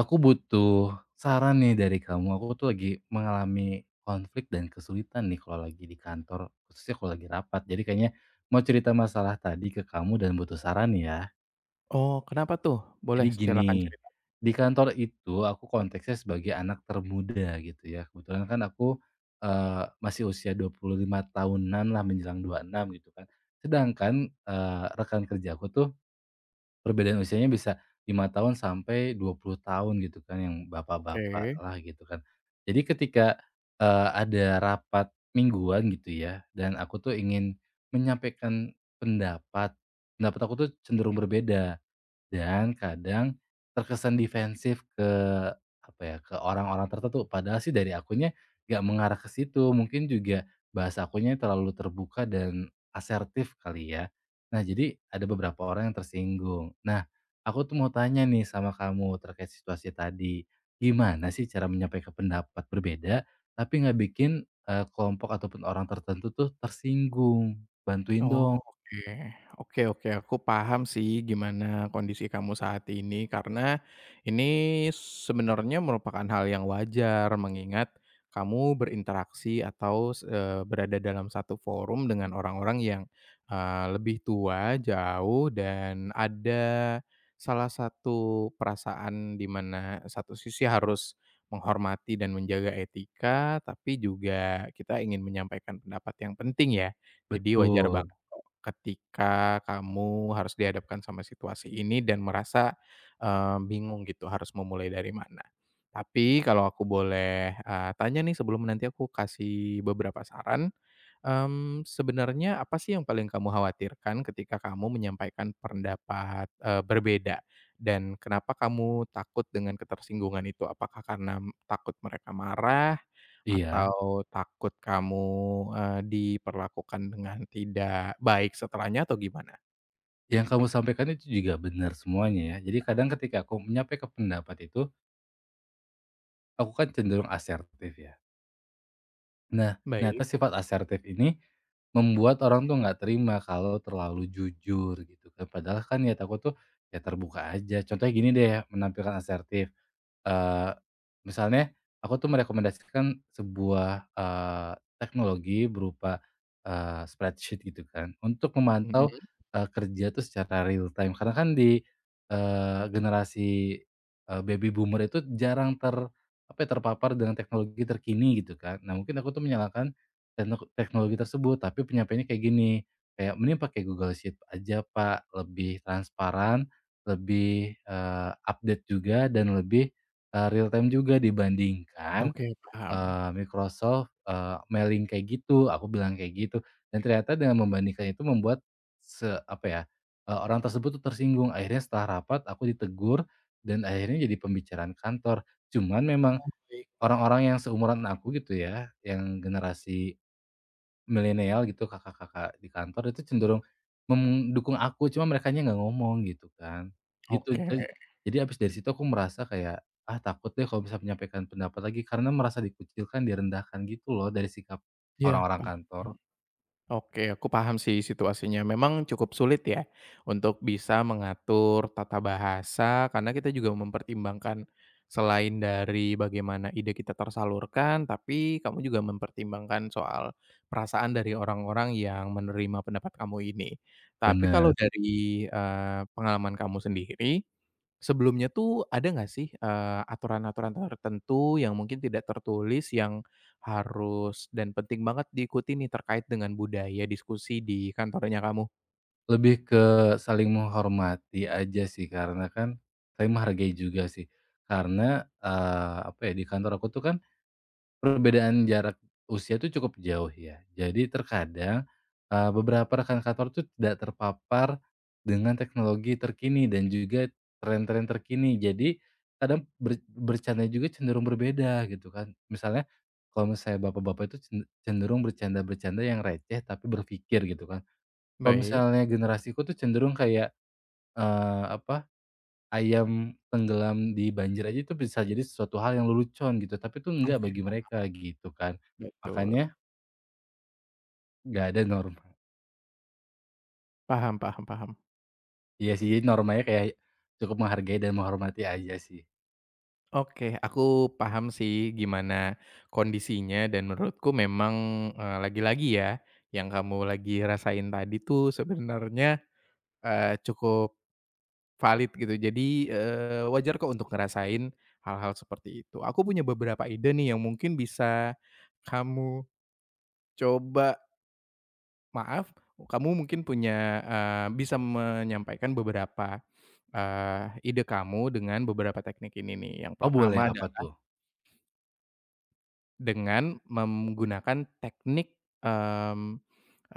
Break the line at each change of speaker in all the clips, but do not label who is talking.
Aku butuh saran nih dari kamu. Aku tuh lagi mengalami konflik dan kesulitan nih kalau lagi di kantor, khususnya kalau lagi rapat. Jadi kayaknya mau cerita masalah tadi ke kamu dan butuh saran ya.
Oh, kenapa tuh? Boleh,
Jadi gini,
silakan cerita.
di kantor itu aku konteksnya sebagai anak termuda gitu ya. Kebetulan kan aku masih usia 25 tahunan lah menjelang 26 gitu kan. Sedangkan rekan kerja aku tuh perbedaan usianya bisa 5 tahun sampai 20 tahun gitu kan, yang bapak-bapak
Oke.
lah gitu kan. Jadi ketika, ada rapat mingguan gitu ya, dan aku tuh ingin menyampaikan pendapat, pendapat aku tuh cenderung berbeda. Dan kadang terkesan defensif ke orang-orang tertentu, padahal sih dari akunya nggak mengarah ke situ, mungkin juga bahasa akunya terlalu terbuka dan asertif kali ya. Nah, jadi ada beberapa orang yang tersinggung. Nah, aku tuh mau tanya nih sama kamu terkait situasi tadi, gimana sih cara menyampaikan pendapat berbeda tapi nggak bikin, kelompok ataupun orang tertentu tuh tersinggung? Bantuin
Oh,
dong.
oke. Oke oke, aku paham sih gimana kondisi kamu saat ini, karena ini sebenarnya merupakan hal yang wajar mengingat kamu berinteraksi atau berada dalam satu forum dengan orang-orang yang, lebih tua, jauh, dan ada salah satu perasaan di mana satu sisi harus menghormati dan menjaga etika, tapi juga kita ingin menyampaikan pendapat yang penting ya. Jadi wajar
Betul,
banget kok ketika kamu harus dihadapkan sama situasi ini dan merasa, bingung gitu harus memulai dari mana. Tapi kalau aku boleh, tanya nih sebelum nanti aku kasih beberapa saran, sebenarnya apa sih yang paling kamu khawatirkan ketika kamu menyampaikan pendapat, berbeda? Dan kenapa kamu takut dengan ketersinggungan itu? Apakah karena takut mereka marah
iya.
atau takut kamu, diperlakukan dengan tidak baik setelahnya atau gimana?
Yang kamu sampaikan itu juga benar semuanya ya. Jadi kadang ketika aku menyampaikan pendapat itu, aku kan cenderung asertif ya. Nah, ternyata
Baik.
sifat asertif ini membuat orang tuh nggak terima kalau terlalu jujur gitu kan. Padahal kan niat aku tuh ya terbuka aja. Contohnya gini deh ya, menampilkan asertif. Eee, misalnya aku tuh merekomendasikan sebuah, teknologi berupa, spreadsheet gitu kan untuk memantau,
Mhm,
kerja tuh secara real time karena kan di, generasi, baby boomer itu jarang terpapar dengan teknologi terkini gitu kan. Nah mungkin aku tuh menyalahkan teknologi tersebut tapi penyampaiannya kayak gini, kayak, "Mending pakai Google Sheet aja Pak, lebih transparan, lebih, update juga dan lebih" Real time juga dibandingkan,
oke paham.
Microsoft, mailing kayak gitu, aku bilang kayak gitu. Dan ternyata dengan membandingkan itu membuat se apa ya, eee, orang tersebut tuh tersinggung. Akhirnya setelah rapat aku ditegur dan akhirnya jadi pembicaraan kantor. Cuman memang
Oh, baik.
orang-orang yang seumuran aku gitu ya, yang generasi Milenial gitu, kakak-kakak di kantor itu cenderung mendukung aku, cuma merekanya nggak ngomong gitu kan. Gitu,
Oke,
jadi habis dari situ aku merasa kayak, ah takut deh kalau bisa menyampaikan pendapat lagi karena merasa dikucilkan, direndahkan gitu loh dari sikap
iya
orang-orang
paham.
kantor.
Oke, aku paham sih situasinya. Memang cukup sulit ya untuk bisa mengatur tata bahasa karena kita juga mempertimbangkan selain dari bagaimana ide kita tersalurkan, tapi kamu juga mempertimbangkan soal perasaan dari orang-orang yang menerima pendapat kamu ini. Tapi kalau
Bener,
dari, pengalaman kamu sendiri sebelumnya tuh ada nggak sih, aturan-aturan tertentu yang mungkin tidak tertulis yang harus dan penting banget diikuti nih terkait dengan budaya diskusi di kantornya kamu?
lebih ke saling menghormati aja sih karena kan saling menghargai juga sih. Karena, apa ya, di kantor aku tuh kan perbedaan jarak usia itu cukup jauh ya. Jadi terkadang, beberapa rekan kantor tuh tidak terpapar dengan teknologi terkini dan juga tren-tren terkini. Jadi kadang bercanda juga cenderung berbeda gitu kan. Kalau misalnya bapak-bapak itu cenderung bercanda-bercanda yang receh tapi berpikir gitu kan. Kalau
Baik.
misalnya generasiku tuh cenderung kayak, eee, apa ayam tenggelam di banjir aja itu bisa jadi sesuatu hal yang lelucon gitu, tapi itu enggak
Oke,
bagi mereka gitu kan.
betul.
Makanya nggak ada norma.
Paham paham paham.
Iya sih, jadi normanya kayak cukup menghargai dan menghormati aja sih.
Oke, aku paham sih gimana kondisinya dan menurutku memang, lagi-lagi ya, yang kamu lagi rasain tadi tuh sebenarnya, cukup valid gitu. Jadi, wajar kok untuk ngerasain hal-hal seperti itu. Aku punya beberapa ide nih yang mungkin bisa kamu coba maaf, kamu mungkin punya, bisa menyampaikan beberapa, eee, ide kamu dengan beberapa teknik ini nih. Yang
Oh boleh,
pertama
apa tuh?
dengan menggunakan teknik,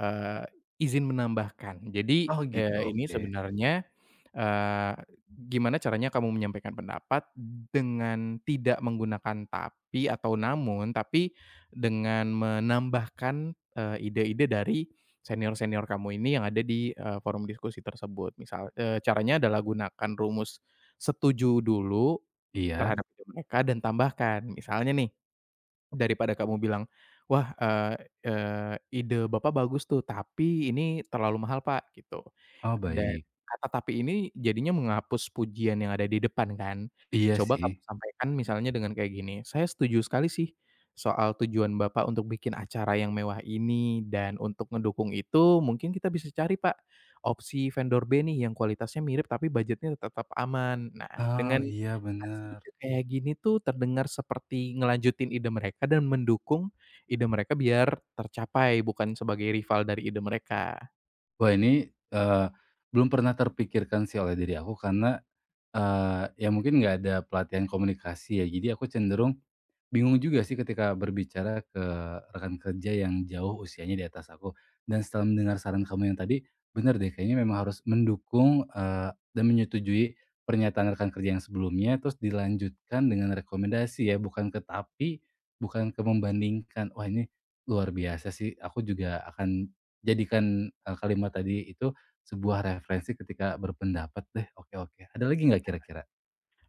eee, izin menambahkan. Jadi,
Oh gitu,
ini
oke.
sebenarnya, eee, gimana caranya kamu menyampaikan pendapat dengan tidak menggunakan tapi atau namun, tapi dengan menambahkan, ide-ide dari senior-senior kamu ini yang ada di, forum diskusi tersebut. Misal caranya adalah gunakan rumus setuju dulu
Iya.
terhadap ide mereka dan tambahkan. Misalnya nih daripada kamu bilang, "Wah, eee eee, ide Bapak bagus tuh, tapi ini terlalu mahal, Pak," gitu.
Oh
Dan
baik.
kata tapi ini jadinya menghapus pujian yang ada di depan kan.
Iya
Coba kamu
sih.
sampaikan misalnya dengan kayak gini, "Saya setuju sekali sih soal tujuan Bapak untuk bikin acara yang mewah ini dan untuk ngedukung itu mungkin kita bisa cari Pak, opsi vendor B nih yang kualitasnya mirip tapi budgetnya tetap aman." Nah,
Oh
dengan
iya
kasih
bener.
ide kayak gini tuh terdengar seperti ngelanjutin ide mereka dan mendukung ide mereka biar tercapai bukan sebagai rival dari ide mereka.
Wah ini, eee, belum pernah terpikirkan sih oleh diri aku karena, ya mungkin nggak ada pelatihan komunikasi ya, jadi aku cenderung bingung juga sih ketika berbicara ke rekan kerja yang jauh usianya di atas aku, dan setelah mendengar saran kamu yang tadi, benar deh kayaknya memang harus mendukung, dan menyetujui pernyataan rekan kerja yang sebelumnya, terus dilanjutkan dengan rekomendasi ya, bukan ke tapi, bukan ke membandingkan. Wah ini luar biasa sih, aku juga akan jadikan, kalimat tadi itu sebuah referensi ketika berpendapat deh. Oke oke, ada lagi nggak kira-kira?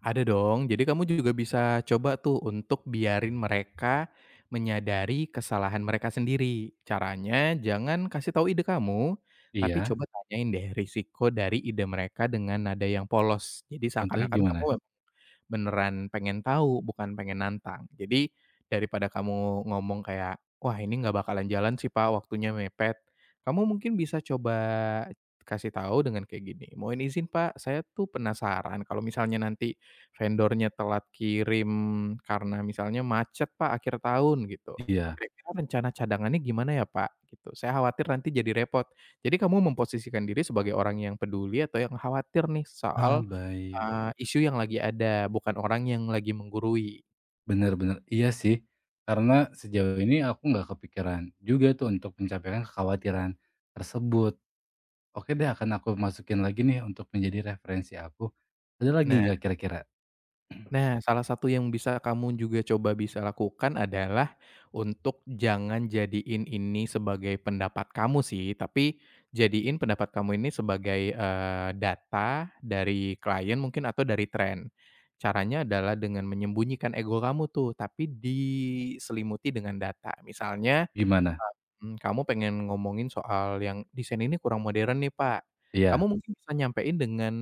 Ada dong. Jadi kamu juga bisa coba tuh untuk biarin mereka menyadari kesalahan mereka sendiri. Caranya jangan kasih tahu ide kamu, tapi
Iya,
coba tanyain deh risiko dari ide mereka dengan nada yang polos. Jadi
contohnya
seakan-akan
gimana?
kamu beneran pengen tahu, bukan pengen nantang. Jadi, daripada kamu ngomong kayak, "Wah, ini nggak bakalan jalan sih, Pak, waktunya mepet." Kamu mungkin bisa coba kasih tahu dengan kayak gini, "Mohon izin, Pak, saya tuh penasaran kalau misalnya nanti vendornya telat kirim karena misalnya macet, Pak, akhir tahun," gitu.
Iya.
"Kira-kira rencana cadangannya gimana ya, Pak?" Gitu. "Saya khawatir nanti jadi repot." Jadi kamu memposisikan diri sebagai orang yang peduli atau yang khawatir nih
Ah,
soal
baik.
Isu yang lagi ada, bukan orang yang lagi menggurui.
Bener bener, iya sih. Karena sejauh ini aku nggak kepikiran juga tuh untuk mencapai kekhawatiran tersebut. Oke deh akan aku masukin lagi nih untuk menjadi referensi aku. Ada lagi
Nah
nggak kira-kira?
nah, salah satu yang bisa kamu juga coba bisa lakukan adalah untuk jangan jadiin ini sebagai pendapat kamu sih, tapi jadiin pendapat kamu ini sebagai, data dari klien mungkin atau dari tren. Caranya adalah dengan menyembunyikan ego kamu tuh, tapi diselimuti dengan data. Misalnya
Gimana?
Pak, kamu pengen ngomongin soal yang desain ini kurang modern nih, Pak.
Iya,
Kamu mungkin bisa nyampein dengan,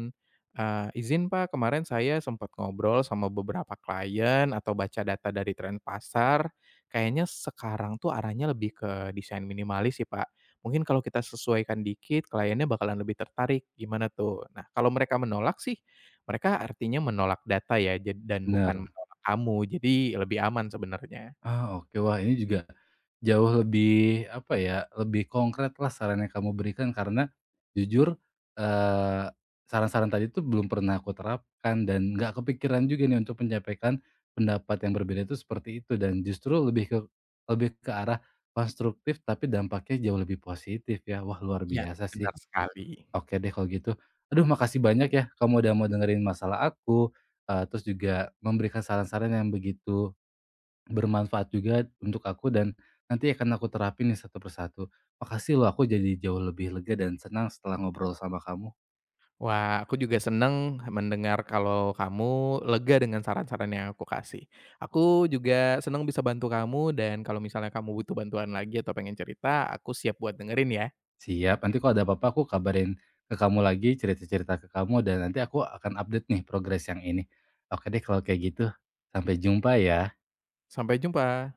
"Izin Pak, kemarin saya sempat ngobrol sama beberapa klien atau baca data dari tren pasar, kayaknya sekarang tuh arahnya lebih ke desain minimalis sih, Pak. Mungkin kalau kita sesuaikan dikit, kliennya bakalan lebih tertarik, gimana tuh?" Nah, kalau mereka menolak sih, mereka artinya menolak data ya, dan bukan
bener.
menolak kamu, jadi lebih aman sebenarnya.
Ah, oke. Wah, ini juga jauh lebih, apa ya, lebih konkret lah saran yang kamu berikan karena jujur, eee, saran-saran tadi itu belum pernah aku terapkan dan nggak kepikiran juga nih untuk menyampaikan pendapat yang berbeda itu seperti itu dan justru lebih ke arah konstruktif tapi dampaknya jauh lebih positif ya. Wah, luar
Iya.
biasa sih.
Benar sekali.
Oke deh kalau gitu. Aduh makasih banyak ya kamu udah mau dengerin masalah aku, terus juga memberikan saran-saran yang begitu bermanfaat juga untuk aku dan nanti akan aku terapin nih satu persatu. Makasih loh aku jadi jauh lebih lega dan senang setelah ngobrol sama kamu.
Wah, aku juga seneng mendengar kalau kamu lega dengan saran-saran yang aku kasih. Aku juga seneng bisa bantu kamu dan kalau misalnya kamu butuh bantuan lagi atau pengen cerita, aku siap buat dengerin ya.
Siap, nanti kalau ada apa-apa aku kabarin ke kamu lagi, cerita-cerita ke kamu dan nanti aku akan update nih progres yang ini. Oke deh kalau kayak gitu. Sampai jumpa ya.
Sampai jumpa.